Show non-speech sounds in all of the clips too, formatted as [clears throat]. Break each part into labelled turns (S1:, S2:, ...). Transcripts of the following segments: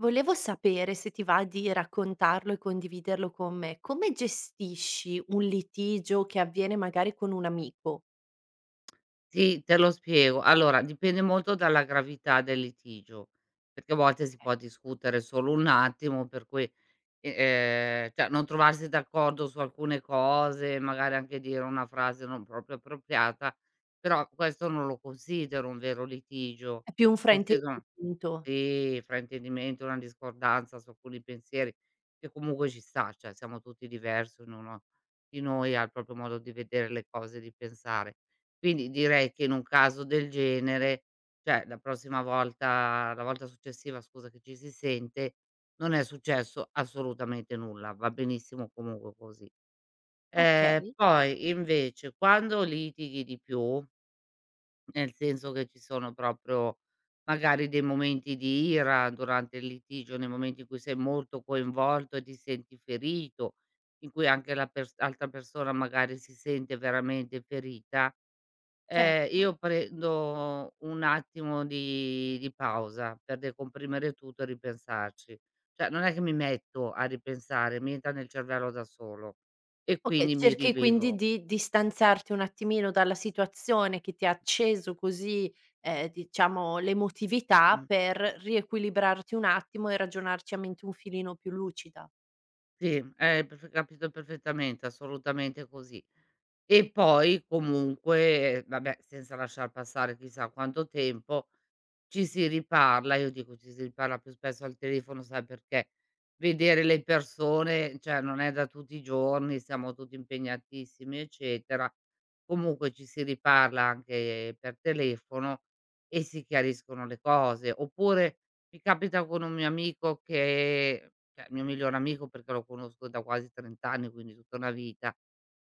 S1: Volevo sapere se ti va di raccontarlo e condividerlo con me. Come gestisci un litigio che avviene magari con un amico?
S2: Sì, te lo spiego. Allora, dipende molto dalla gravità del litigio, perché a volte si
S1: Okay.
S2: può discutere solo un attimo, per cui, cioè non trovarsi d'accordo su alcune cose, magari anche dire una frase non proprio appropriata, però questo non lo considero un vero litigio.
S1: È più un
S2: Considero
S1: fraintendimento.
S2: sì, fraintendimento, una discordanza su alcuni pensieri, che comunque ci sta, cioè siamo tutti diversi, ognuno di noi ha il proprio modo di vedere le cose, di pensare. Quindi direi che in un caso del genere, cioè la prossima volta la volta successiva, scusa, che ci si sente, non è successo assolutamente nulla, va benissimo comunque così.
S1: Okay,
S2: Poi invece quando litighi di più nel senso che ci sono proprio magari dei momenti di ira durante il litigio, nei momenti in cui sei molto coinvolto e ti senti ferito, in cui anche la pers altra persona magari si sente veramente ferita,
S1: certo.
S2: io prendo un attimo di pausa per decomprimere tutto e ripensarci. Cioè, non è che mi metto a ripensare, mi entra nel cervello da solo e
S1: Okay,
S2: quindi mi
S1: cerchi quindi
S2: rivivo.
S1: di distanziarti un attimino dalla situazione che ti ha acceso così, diciamo l'emotività
S2: Mh.
S1: per riequilibrarti un attimo e ragionarci a mente un filino più lucida.
S2: Sì, hai perf capito perfettamente, assolutamente così. E poi comunque, vabbè, senza lasciar passare chissà quanto tempo, ci si riparla, io dico ci si riparla più spesso al telefono, sai perché? Vedere le persone, cioè non è da tutti i giorni, siamo tutti impegnatissimi, eccetera. Comunque ci si riparla anche per telefono e si chiariscono le cose. Oppure mi capita con un mio amico che cioè il mio migliore amico, perché lo conosco da quasi 30 anni, quindi tutta una vita,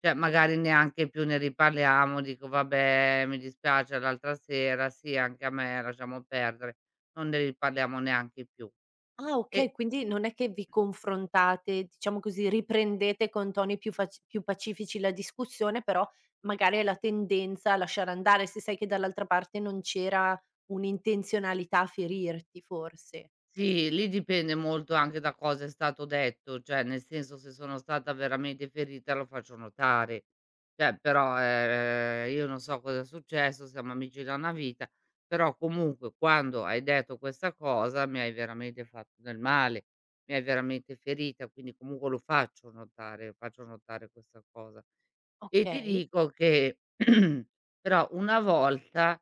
S2: cioè, magari neanche più ne riparliamo, dico: "Vabbè, mi dispiace l'altra sera, sì anche a me, lasciamo perdere." Non ne riparliamo neanche più.
S1: Ah
S2: E
S1: okay, quindi non è che vi confrontate, diciamo così, riprendete con toni più pacifici la discussione, però magari hai la tendenza a lasciare andare, se sai che dall'altra parte non c'era un'intenzionalità a ferirti forse.
S2: sì, lì dipende molto anche da cosa è stato detto, cioè nel senso se sono stata veramente ferita lo faccio notare. Cioè però, io non so cosa è successo, siamo amici da una vita, però comunque quando hai detto questa cosa mi hai veramente fatto del male, mi hai veramente ferita, quindi comunque lo faccio notare questa cosa. E ti
S1: Okay.
S2: dico che [clears throat] però una volta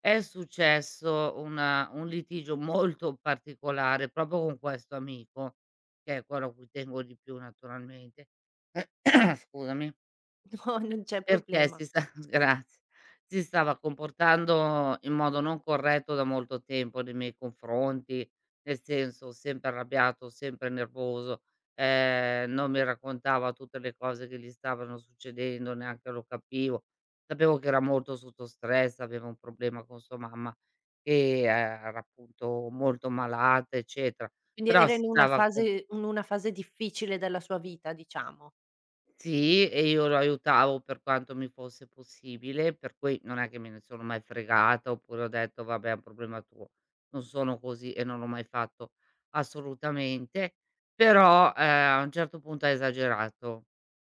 S2: è successo una un litigio molto particolare proprio con questo amico, che è quello a cui tengo di più naturalmente, [clears throat] scusami.
S1: [laughs] No, non c'è
S2: Perché
S1: problema.
S2: si sta [laughs] grazie. Si stava comportando in modo non corretto da molto tempo nei miei confronti, nel senso sempre arrabbiato, sempre nervoso, non mi raccontava tutte le cose che gli stavano succedendo, neanche lo capivo. Sapevo che era molto sotto stress, aveva un problema con sua mamma che era appunto molto malata, eccetera,
S1: Quindi
S2: però
S1: era
S2: si
S1: in una
S2: stava com
S1: fase difficile della sua vita, diciamo.
S2: sì, e io lo aiutavo per quanto mi fosse possibile, per cui non è che me ne sono mai fregata oppure ho detto: "Vabbè, è un problema tuo." Non sono così e non l'ho mai fatto assolutamente, però, a un certo punto ha esagerato.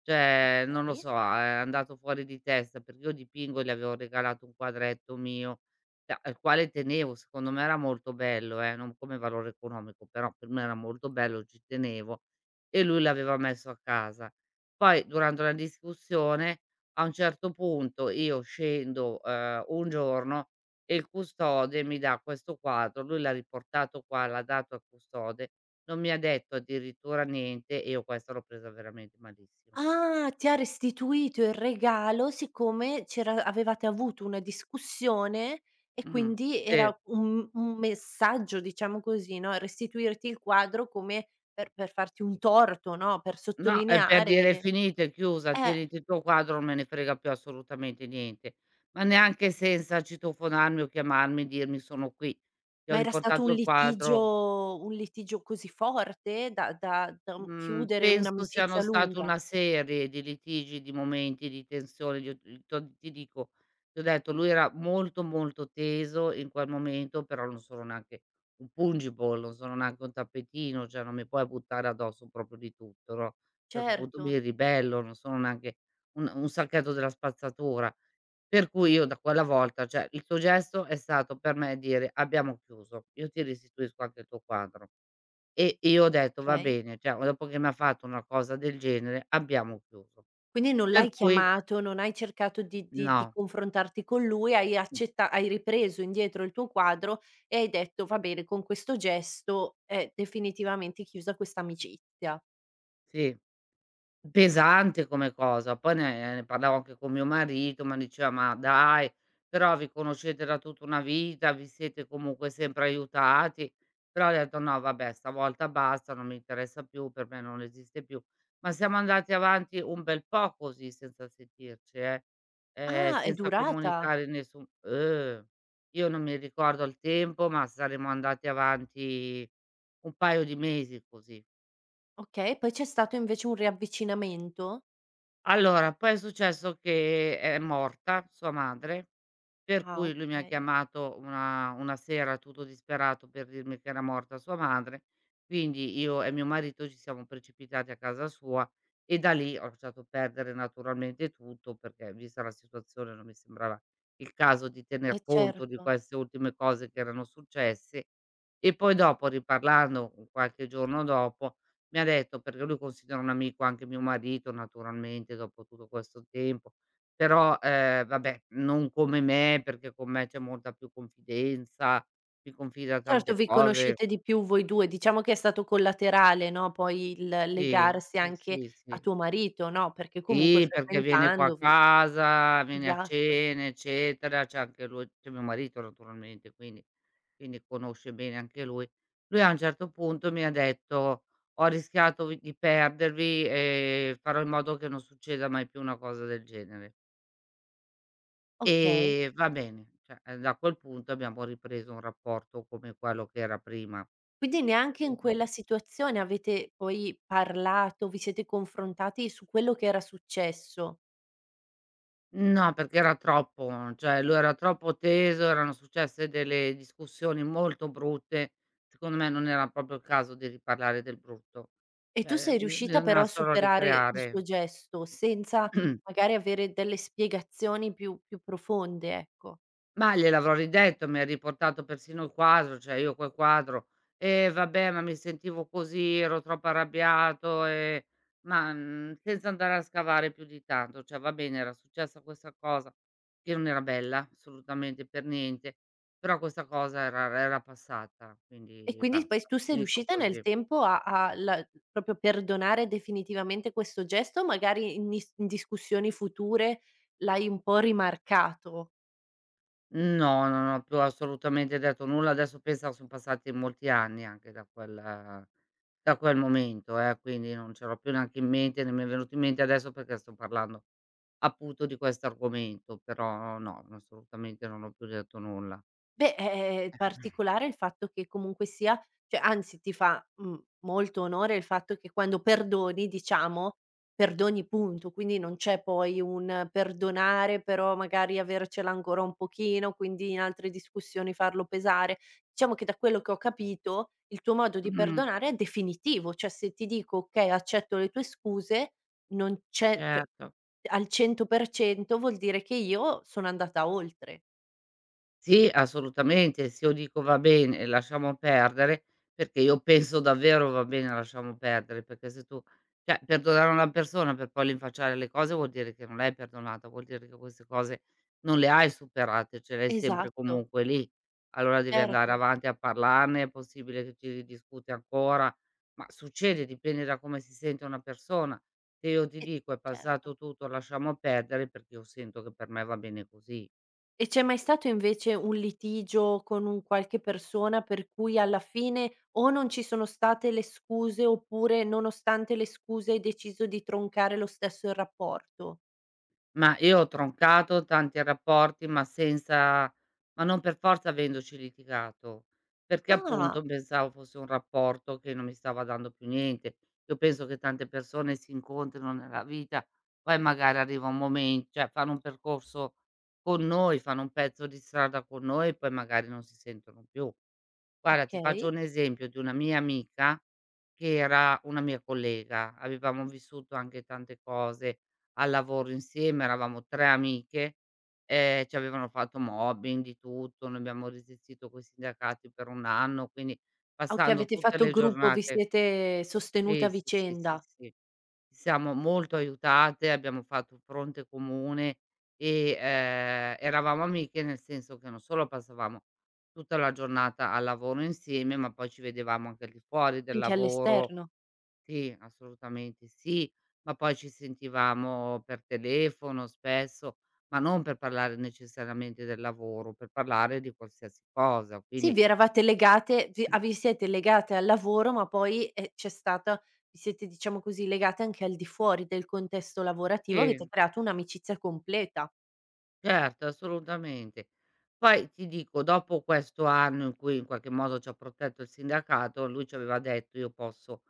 S2: Cioè, non lo
S1: Okay.
S2: so, è andato fuori di testa perché io dipingo e gli avevo regalato un quadretto mio, cioè al quale tenevo, secondo me era molto bello, non come valore economico, però per me era molto bello, ci tenevo e lui l'aveva messo a casa. Poi durante una discussione, a un certo punto io scendo, un giorno e il custode mi dà questo quadro, lui l'ha riportato qua, l'ha dato al custode, non mi ha detto addirittura niente e io questa l'ho presa veramente malissimo.
S1: Ah, ti ha restituito il regalo siccome c'era avevate avuto una discussione e
S2: Mh.
S1: quindi
S2: Sì.
S1: era un messaggio, diciamo così, no, restituirti il quadro come per farti un torto, no, per
S2: No, è per
S1: sottolineare.
S2: dire: "È finita, è chiusa,
S1: Eh,
S2: tieniti il tuo quadro, non me ne frega più assolutamente niente". Ma neanche, senza citofonarmi o chiamarmi e dirmi: "Sono qui, ti ho
S1: ma era stato un
S2: riportato il quadro".
S1: litigio così forte da,
S2: Mhmm,
S1: chiudere
S2: Penso siano
S1: un'amicizia
S2: state
S1: lunga?
S2: una serie di litigi, di momenti di tensione, di t'ho ti dico, ti ho detto lui era molto, molto teso in quel momento, però non sono neanche un pungible, non sono neanche un tappetino, cioè non mi puoi buttare addosso proprio di tutto, no, a un certo punto
S1: Certo,
S2: mi ribello, non sono neanche un sacchetto della spazzatura. Per cui io da quella volta, cioè il suo gesto è stato per me dire: "Abbiamo chiuso, io ti restituisco anche il tuo quadro". E io ho detto: "Va
S1: okay.
S2: bene", cioè dopo che mi ha fatto una cosa del genere abbiamo chiuso.
S1: Quindi non l'hai
S2: Per cui
S1: chiamato, non hai cercato di
S2: no,
S1: confrontarti con lui,
S2: mh,
S1: hai ripreso indietro il tuo quadro e hai detto: "Va bene, con questo gesto è definitivamente chiusa questa amicizia."
S2: sì. Pesante come cosa, poi ne parlavo anche con mio marito, ma diceva: "Ma dai, però vi conoscete da tutta una vita, vi siete comunque sempre aiutati". Però ho detto: "No vabbè, stavolta basta, non mi interessa più, per me non esiste più". Ma siamo andati avanti un bel po' così senza sentirci,
S1: Ah, è
S2: senza
S1: durata?
S2: comunicare nessun io non mi ricordo il tempo, ma saremo andati avanti un paio di mesi così.
S1: Okay, poi c'è stato invece un riavvicinamento?
S2: Allora, poi è successo che è morta sua madre, per
S1: Ah,
S2: cui lui mi ha
S1: okay.
S2: chiamato una sera tutto disperato per dirmi che era morta sua madre, quindi io e mio marito ci siamo precipitati a casa sua e da lì ho lasciato perdere naturalmente tutto, perché vista la situazione non mi sembrava il caso di
S1: Eh
S2: tener conto di
S1: certo.
S2: queste ultime cose che erano successe. E poi dopo riparlando qualche giorno dopo mi ha detto, perché lui considera un amico anche mio marito naturalmente dopo tutto questo tempo, però, vabbè, non come me, perché con me c'è molta più confidenza, mi confida
S1: Certo,
S2: tante
S1: vi
S2: cose.
S1: conoscete di più voi 2, diciamo che è stato collaterale, no, poi il
S2: Sì,
S1: legarsi
S2: sì,
S1: anche
S2: sì,
S1: a
S2: sì.
S1: tuo marito, no, perché comunque
S2: Sì, perché viene qua a
S1: frequentandovi
S2: casa, viene a
S1: esatto.
S2: cena, eccetera, c'è anche lui, c'è mio marito naturalmente, quindi conosce bene anche lui. Lui a un certo punto mi ha detto: "Ho rischiato vi di perdervi e farò in modo che non succeda mai più una cosa del genere." E
S1: Okay.
S2: va bene, cioè, da quel punto abbiamo ripreso un rapporto come quello che era prima.
S1: Quindi neanche in quella situazione avete poi parlato, vi siete confrontati su quello che era successo
S2: No, perché era troppo, cioè lui era troppo teso, erano successe delle discussioni molto brutte. Secondo me non era proprio il caso di riparlare del brutto.
S1: e tu
S2: Cioè,
S1: sei
S2: bi
S1: riuscita però
S2: bisognava
S1: a
S2: solo
S1: superare il suo
S2: ricreare.
S1: gesto, senza
S2: [clears throat]
S1: magari avere delle spiegazioni più profonde, ecco.
S2: Ma gliel'avrò ridetto, mi ha riportato persino il quadro, cioè io quel quadro: "Eh vabbè, ma mi sentivo così, ero troppo arrabbiato, ma, senza andare a scavare più di tanto, cioè va bene, era successa questa cosa che non era bella, assolutamente, per niente, però questa cosa era passata,
S1: E
S2: quindi
S1: quindi poi
S2: basta,
S1: tu sei
S2: finito
S1: riuscita nel
S2: così.
S1: tempo a a la proprio perdonare definitivamente questo gesto, magari in discussioni future l'hai un po' rimarcato?
S2: No, non ho più assolutamente detto nulla. Adesso pensa, son passati molti anni anche da quel momento, quindi non ce l'ho più neanche in mente, né mi è venuto in mente adesso perché sto parlando appunto di questo argomento, però no, assolutamente non ho più detto nulla.
S1: Beh, è particolare il fatto che comunque sia, cioè anzi ti fa, molto onore il fatto che quando perdoni, diciamo, perdoni punto, quindi non c'è poi un perdonare, però magari avercela ancora un pochino, quindi in altre discussioni farlo pesare. Diciamo che da quello che ho capito, il tuo modo di
S2: Mh-mh,
S1: perdonare è definitivo, cioè se ti dico: "Okay, accetto le tue scuse", non c'è cioè
S2: certo.
S1: al 100% vuol dire che io sono andata oltre.
S2: Sì, assolutamente. Se io dico: "Va bene, lasciamo perdere", perché io penso davvero: "Va bene, lasciamo perdere", perché se tu, cioè perdonare una persona per poi rinfacciare le cose vuol dire che non l'hai perdonata, vuol dire che queste cose non le hai superate, ce le hai sempre
S1: Esatto.
S2: comunque lì. Allora devi andare
S1: Certo,
S2: avanti a parlarne, è possibile che ci ridiscute ancora, ma succede, dipende da come si sente una persona. Se io ti
S1: e
S2: dico: "È
S1: certo.
S2: passato tutto, lasciamo perdere", perché io sento che per me va bene così.
S1: E c'è mai stato invece un litigio con un qualche persona per cui alla fine o non ci sono state le scuse oppure nonostante le scuse hai deciso di troncare lo stesso il rapporto?
S2: Ma io ho troncato tanti rapporti, ma senza, ma non per forza avendoci litigato, perché
S1: Ah,
S2: appunto pensavo fosse un rapporto che non mi stava dando più niente. Io penso che tante persone si incontrino nella vita, poi magari arriva un momen cioè fanno un percorso con noi, fanno un pezzo di strada con noi e poi magari non si sentono più. Guarda, ti faccio
S1: okay.
S2: un esempio di una mia amica che era una mia collega, avevamo vissuto anche tante cose al lavoro insieme, eravamo 3 amiche, ci avevano fatto mobbing, di tutto, noi abbiamo resistito coi sindacati per 1 anno, quindi
S1: Ah okay,
S2: passando
S1: avete
S2: tutte
S1: fatto
S2: le
S1: gruppo, vi
S2: giornate
S1: siete sostenuti a
S2: sì, sì, sì, sì,
S1: vicenda,
S2: sì. Ci siamo molto aiutate, abbiamo fatto fronte comune e, eravamo amiche nel senso che non solo passavamo tutta la giornata al lavoro insieme, ma poi ci vedevamo anche al di fuori del
S1: anche
S2: lavoro.
S1: all'esterno.
S2: Sì, assolutamente sì, ma poi ci sentivamo per telefono spesso, ma non per parlare necessariamente del lavoro, per parlare di qualsiasi cosa,
S1: Sì,
S2: quindi
S1: vi eravate legate vi ah, vi
S2: [clears throat]
S1: siete legate al lavoro, ma poi, c'è stata, vi siete, diciamo così, legate anche al di fuori del contesto lavorativo,
S2: sì.
S1: avete creato un'amicizia completa.
S2: Certo, assolutamente. Poi ti dico, dopo questo anno in cui in qualche modo ci ha protetto il sindacato, lui ci aveva detto: "Io posso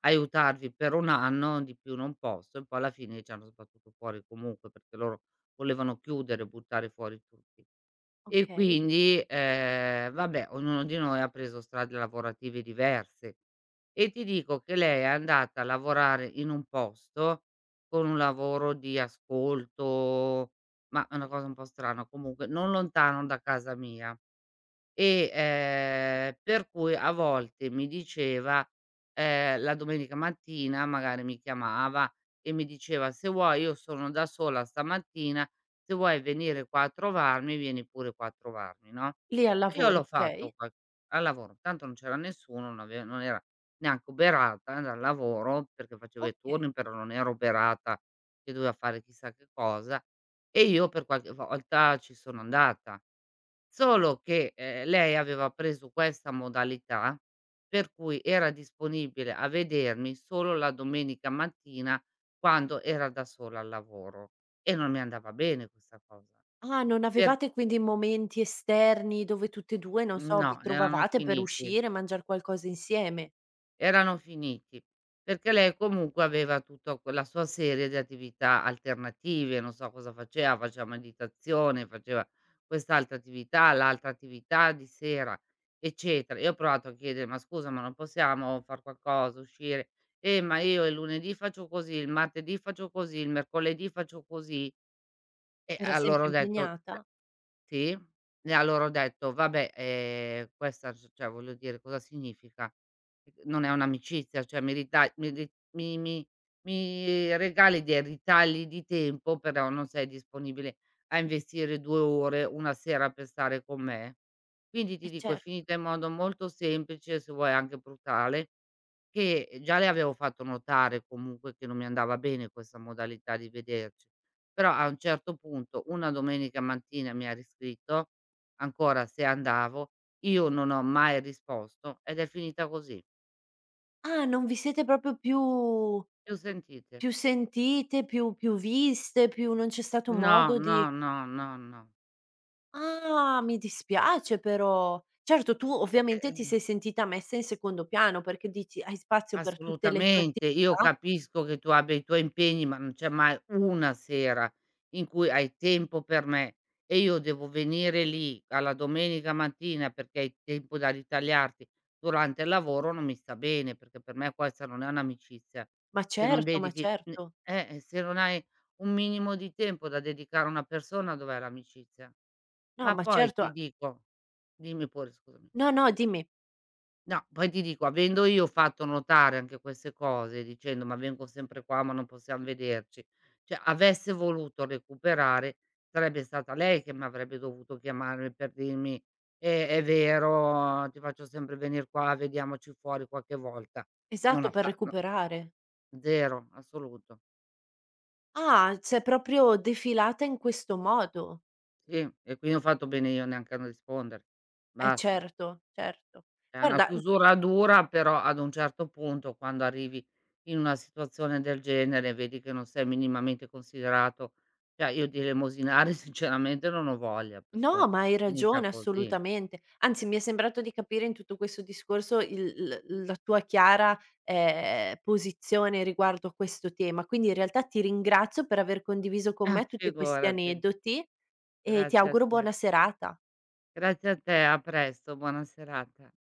S2: aiutarvi per 1 anno, di più non posso." E poi alla fine ci hanno sbattuto fuori comunque, perché loro volevano chiudere, buttare fuori tutti. E
S1: Okay.
S2: quindi, vabbè, ognuno di noi ha preso strade lavorative diverse. E ti dico che lei è andata a lavorare in un posto, con un lavoro di ascolto, ma è una cosa un po' strana, comunque non lontano da casa mia. E, per cui a volte mi diceva la domenica mattina magari mi chiamava e mi diceva: "Se vuoi io sono da sola stamattina, se vuoi venire qua a trovarmi, vieni pure qua a trovarmi", no,
S1: Lì al
S2: e io
S1: lavoro,
S2: l'ho
S1: okay,
S2: fatto qua al lavoro, tanto non c'era nessuno, non era neanche uberata dal lavoro, perché facevo i
S1: okay.
S2: turni, però non ero uberata che doveva fare chissà che cosa, e io per qualche volta ci sono andata. Solo che, lei aveva preso questa modalità per cui era disponibile a vedermi solo la domenica mattina quando era da sola al lavoro e non mi andava bene questa cosa.
S1: Ah, non
S2: Per
S1: avevate quindi momenti esterni dove tutte e 2, non so, vi
S2: No, erano
S1: trovavate per
S2: finiti.
S1: uscire, mangiar qualcosa insieme?
S2: Erano finiti, perché lei comunque aveva tutta quella sua serie di attività alternative, non so cosa faceva, faceva meditazione, faceva quest'altra attività, l'altra attività di sera, eccetera. Io ho provato a chiedere: "Ma scusa, ma non possiamo far qualcosa, uscire?" Ma io il lunedì faccio così, il martedì faccio così, il mercoledì faccio così." E
S1: Era
S2: allora
S1: sempre
S2: ho detto
S1: impegnata?
S2: sì, e allora ho detto: "Vabbè, questa c cioè voglio dire cosa significa? Non è un'amicizia, cioè mi rita mi ri mi mi mi regali dei ritagli di tempo, però non sei disponibile a investire 2 ore una sera per stare con me". Quindi ti dico, è
S1: Cer
S2: finita in modo molto semplice, se vuoi anche brutale. Che già le avevo fatto notare comunque che non mi andava bene questa modalità di vederci, però a un certo punto una domenica mattina mi ha riscritto ancora se andavo, io non ho mai risposto ed è finita così.
S1: ah, non vi siete proprio più
S2: Più sentite.
S1: sentite, più viste, più non c'è stato
S2: No,
S1: modo di.
S2: no, no, no, no.
S1: Ah, mi dispiace però. Certo, tu
S2: E e
S1: ovviamente
S2: e
S1: ti sei sentita messa in secondo piano perché dici: "Hai spazio per tutte le tue
S2: assolutamente. Io
S1: attività?"
S2: capisco che tu abbia i tuoi impegni, ma non c'è mai una sera in cui hai tempo per me e io devo venire lì alla domenica mattina perché hai tempo da ritagliarti durante il lavoro, non mi sta bene, perché per me questa non è un'amicizia.
S1: Ma
S2: Se non
S1: certo, ma
S2: dedichi n
S1: certo.
S2: se non hai un minimo di tempo da dedicare a una persona, dov'è l'amicizia?
S1: No,
S2: Ma
S1: ma
S2: poi
S1: certo a
S2: ti dico, dimmi pure, scusami.
S1: no, no, dimmi.
S2: No, poi ti dico, avendo io fatto notare anche queste cose, dicendo: "Ma vengo sempre qua, ma non possiam vederci." Cioè, avesse voluto recuperare, sarebbe stata lei che m'avrebbe dovuto chiamare per dirmi: è vero, ti faccio sempre venir qua, vediamoci fuori qualche volta." Non
S1: Esatto,
S2: ha
S1: per
S2: fa No,
S1: recuperare.
S2: 0, assoluto.
S1: Ah, sei proprio defilata in questo modo.
S2: Sì, e quindi ho fatto bene io neanche a rispondere.
S1: Eh
S2: Basta.
S1: certo, certo.
S2: È una
S1: Guarda,
S2: chiusura dura, però ad un certo punto quando arrivi in una situazione del genere, vedi che non sei minimamente considerato, cioè io di elemosinare [laughs] sinceramente non ho voglia, per
S1: no,
S2: cui
S1: ma hai
S2: finita
S1: ragione
S2: così.
S1: assolutamente. Anzi, mi è sembrato di capire in tutto questo discorso il l la tua chiara, posizione riguardo a questo tema. Quindi in realtà ti ringrazio per aver condiviso con
S2: Ah,
S1: me tutti questi
S2: figurati.
S1: aneddoti e ti
S2: Grazie a
S1: auguro
S2: te.
S1: buona serata.
S2: Grazie a te, a presto, buona serata.